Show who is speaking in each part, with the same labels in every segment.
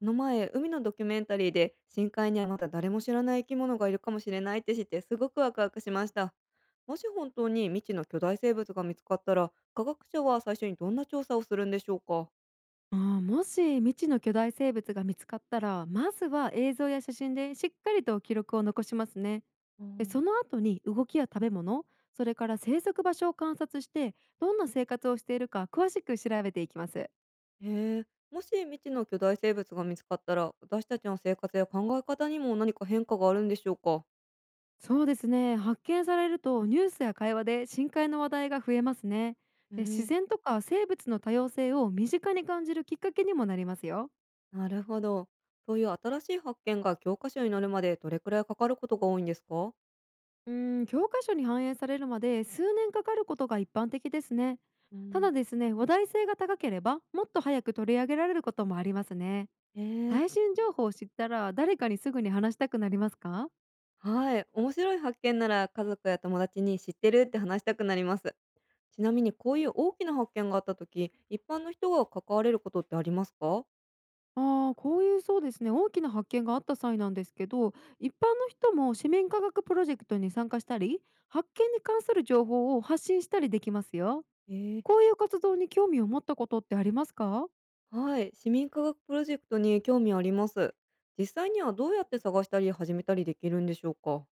Speaker 1: この前、海のドキュメンタリーで深海にはまだ誰も知らない生き物がいるかもしれないって知ってすごくワクワクしました。もし本当に未知の巨大生物が見つかったら、科学者は最初にどんな調査をするんでしょうか？
Speaker 2: ああ、もし未知の巨大生物が見つかったら、まずは映像や写真でしっかりと記録を残しますね。
Speaker 1: う
Speaker 2: で
Speaker 1: ん。
Speaker 2: その後に動きや食べ物、それから生息場所を観察して、どんな生活をしているか詳しく調べていきます。
Speaker 1: へえ。もし未知の巨大生物が見つかったら、私たちの生活や考え方にも何か変化があるんでしょうか？
Speaker 2: そうですね、発見されるとニュースや会話で深海の話題が増えますね。
Speaker 1: え
Speaker 2: で自
Speaker 1: え。
Speaker 2: 然とか生物の多様性を身近に感じるきっかけにもなりますよ。
Speaker 1: なるほど。そういう新しい発見が教科書に載るまでどれくらいかかることが多いんですか？
Speaker 2: 教科書に反映されるまで数年かかることが一般的ですね。
Speaker 1: う
Speaker 2: た
Speaker 1: ん。
Speaker 2: だですね、話題性が高ければもっと早く取り上げられることもありますね。
Speaker 1: え
Speaker 2: 最
Speaker 1: え。
Speaker 2: 新情報を知ったら誰かにすぐに話したくなりますか？
Speaker 1: はい、面白い発見なら家族や友達に知ってるって話したくなります。ちなみにこういう大きな発見があった時、一般の人が関われることってありますか？
Speaker 2: ああ、こういうそうですね、大きな発見があった際なんですけど、一般の人も市民科学プロジェクトに参加したり、発見に関する情報を発信したりできますよ。
Speaker 1: えー。
Speaker 2: こういう活動に興味を持ったことってありますか？
Speaker 1: はい、市民科学プロジェクトに興味あります。実際にはどうやって探したり始めたりできるんでしょうか？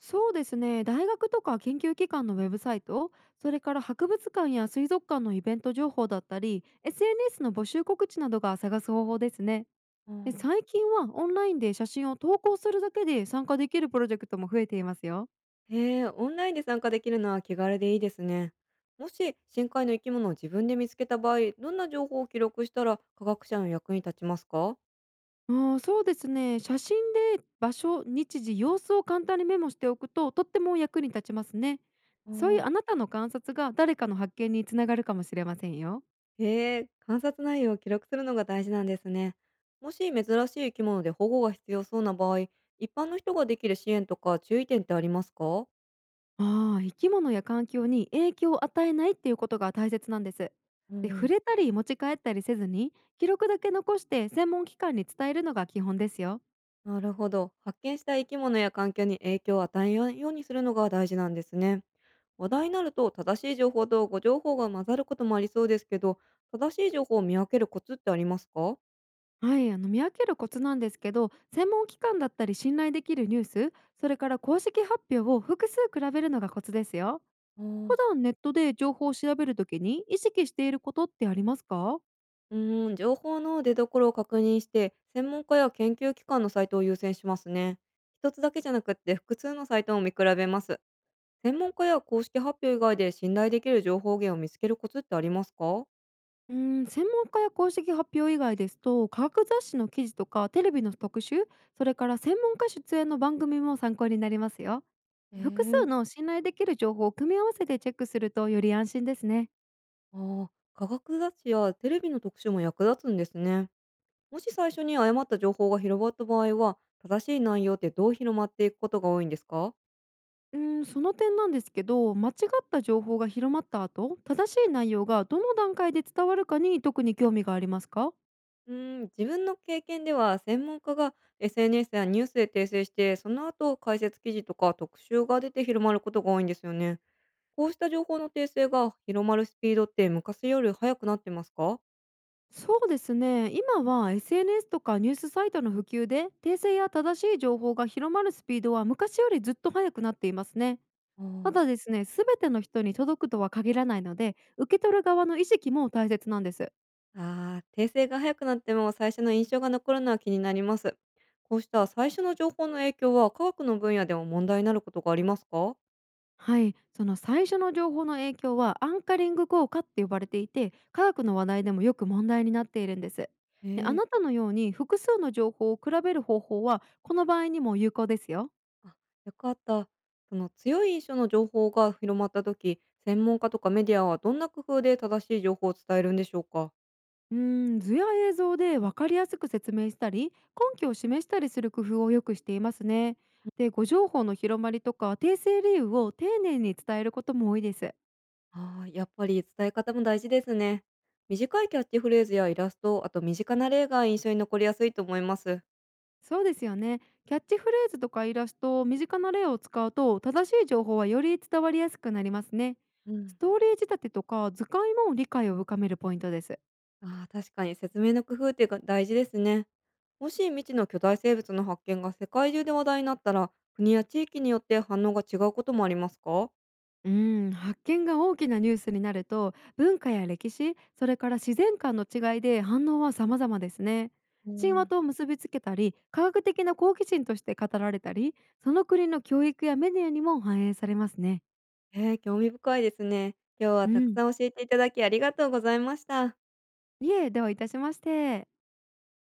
Speaker 2: そうですね、大学とか研究機関のウェブサイト、それから博物館や水族館のイベント情報だったり、 SNS の募集告知などが探す方法ですね。
Speaker 1: あ
Speaker 2: で
Speaker 1: ー。
Speaker 2: 最近はオンラインで写真を投稿するだけで参加できるプロジェクトも増えていますよ。
Speaker 1: へえ、オンラインで参加できるのは気軽でいいですね。もし深海の生き物を自分で見つけた場合、どんな情報を記録したら科学者の役に立ちますか？
Speaker 2: あー、そうですね、写真で場所、日時、様子を簡単にメモしておくととっても役に立ちますね。そういうあなたの観察が誰かの発見につながるかもしれませんよ。
Speaker 1: へえ、観察内容を記録するのが大事なんですね。もし珍しい生き物で保護が必要そうな場合、一般の人ができる支援とか注意点ってありますか？
Speaker 2: ああ、生き物や環境に影響を与えないっていうことが大切なんです。
Speaker 1: う
Speaker 2: で、触
Speaker 1: ん。
Speaker 2: れたり持ち帰ったりせずに、記録だけ残して専門機関に伝えるのが基本ですよ。
Speaker 1: なるほど。発見した生き物や環境に影響を与えないようにするのが大事なんですね。話題になると正しい情報と誤情報が混ざることもありそうですけど、正しい情報を見分けるコツってありますか？
Speaker 2: はい、見分けるコツなんですけど、専門機関だったり信頼できるニュース、それから公式発表を複数比べるのがコツですよ。
Speaker 1: あ
Speaker 2: 普
Speaker 1: ー。
Speaker 2: 段ネットで情報を調べるときに意識していることってありますか？
Speaker 1: うーん、情報の出所を確認して、専門家や研究機関のサイトを優先しますね。一つだけじゃなくって複数のサイトを見比べます。専門家や公式発表以外で信頼できる情報源を見つけるコツってありますか？
Speaker 2: うん、専門家や公式発表以外ですと、科学雑誌の記事とかテレビの特集、それから専門家出演の番組も参考になりますよ。
Speaker 1: え
Speaker 2: 複
Speaker 1: ー。
Speaker 2: 数の信頼できる情報を組み合わせてチェックするとより安心ですね。
Speaker 1: ああ、科学雑誌やテレビの特集も役立つんですね。もし最初に誤った情報が広まった場合は、正しい内容ってどう広まっていくことが多いんですか？
Speaker 2: うん、その点なんですけど、間違った情報が広まった後、正しい内容がどの段階で伝わるかに特に興味がありますか？
Speaker 1: うーん、自分の経験では専門家が SNS やニュースで訂正してその後解説記事とか特集が出て広まることが多いんですよね。こうした情報の訂正が広まるスピードって昔より速くなってますか？
Speaker 2: そうですね、今は SNS とかニュースサイトの普及で訂正や正しい情報が広まるスピードは昔よりずっと速くなっていますね。
Speaker 1: あ
Speaker 2: た
Speaker 1: ー。
Speaker 2: だですね、すべての人に届くとは限らないので、受け取る側の意識も大切なんです。
Speaker 1: あー訂正が速くなっても最初の印象が残るのは気になります。こうした最初の情報の影響は科学の分野でも問題になることがありますか？
Speaker 2: はい、その最初の情報の影響はアンカリング効果って呼ばれていて、科学の話題でもよく問題になっているんです。であ
Speaker 1: え。
Speaker 2: なたのように複数の情報を比べる方法は、この場合にも有効ですよ。
Speaker 1: あ、よかった。その強い印象の情報が広まった時、専門家とかメディアはどんな工夫で正しい情報を伝えるんでしょうか？
Speaker 2: うーん、図や映像で分かりやすく説明したり、根拠を示したりする工夫をよくしていますね。で、誤情報の広まりとか訂正理由を丁寧に伝えることも多いです。
Speaker 1: ああ、やっぱり伝え方も大事ですね。短いキャッチフレーズやイラスト、あと身近な例が印象に残りやすいと思います。
Speaker 2: そうですよね。キャッチフレーズとかイラスト、身近な例を使うと、正しい情報はより伝わりやすくなりますね。
Speaker 1: うん。
Speaker 2: ストーリー仕立てとか図解も理解を深めるポイントです。
Speaker 1: ああ、確かに説明の工夫ってが大事ですね。もし未知の巨大生物の発見が世界中で話題になったら、国や地域によって反応が違うこともありますか？
Speaker 2: うん、発見が大きなニュースになると、文化や歴史、それから自然観の違いで反応は様々ですね。
Speaker 1: う
Speaker 2: 神話
Speaker 1: ん。
Speaker 2: と結びつけたり、科学的な好奇心として語られたり、その国の教育やメディアにも反映されますね。
Speaker 1: えー興味深いですね。今日は
Speaker 2: う
Speaker 1: たく
Speaker 2: ん、
Speaker 1: さん教えていただきありがとうございました。
Speaker 2: いえ、ではいたしまして。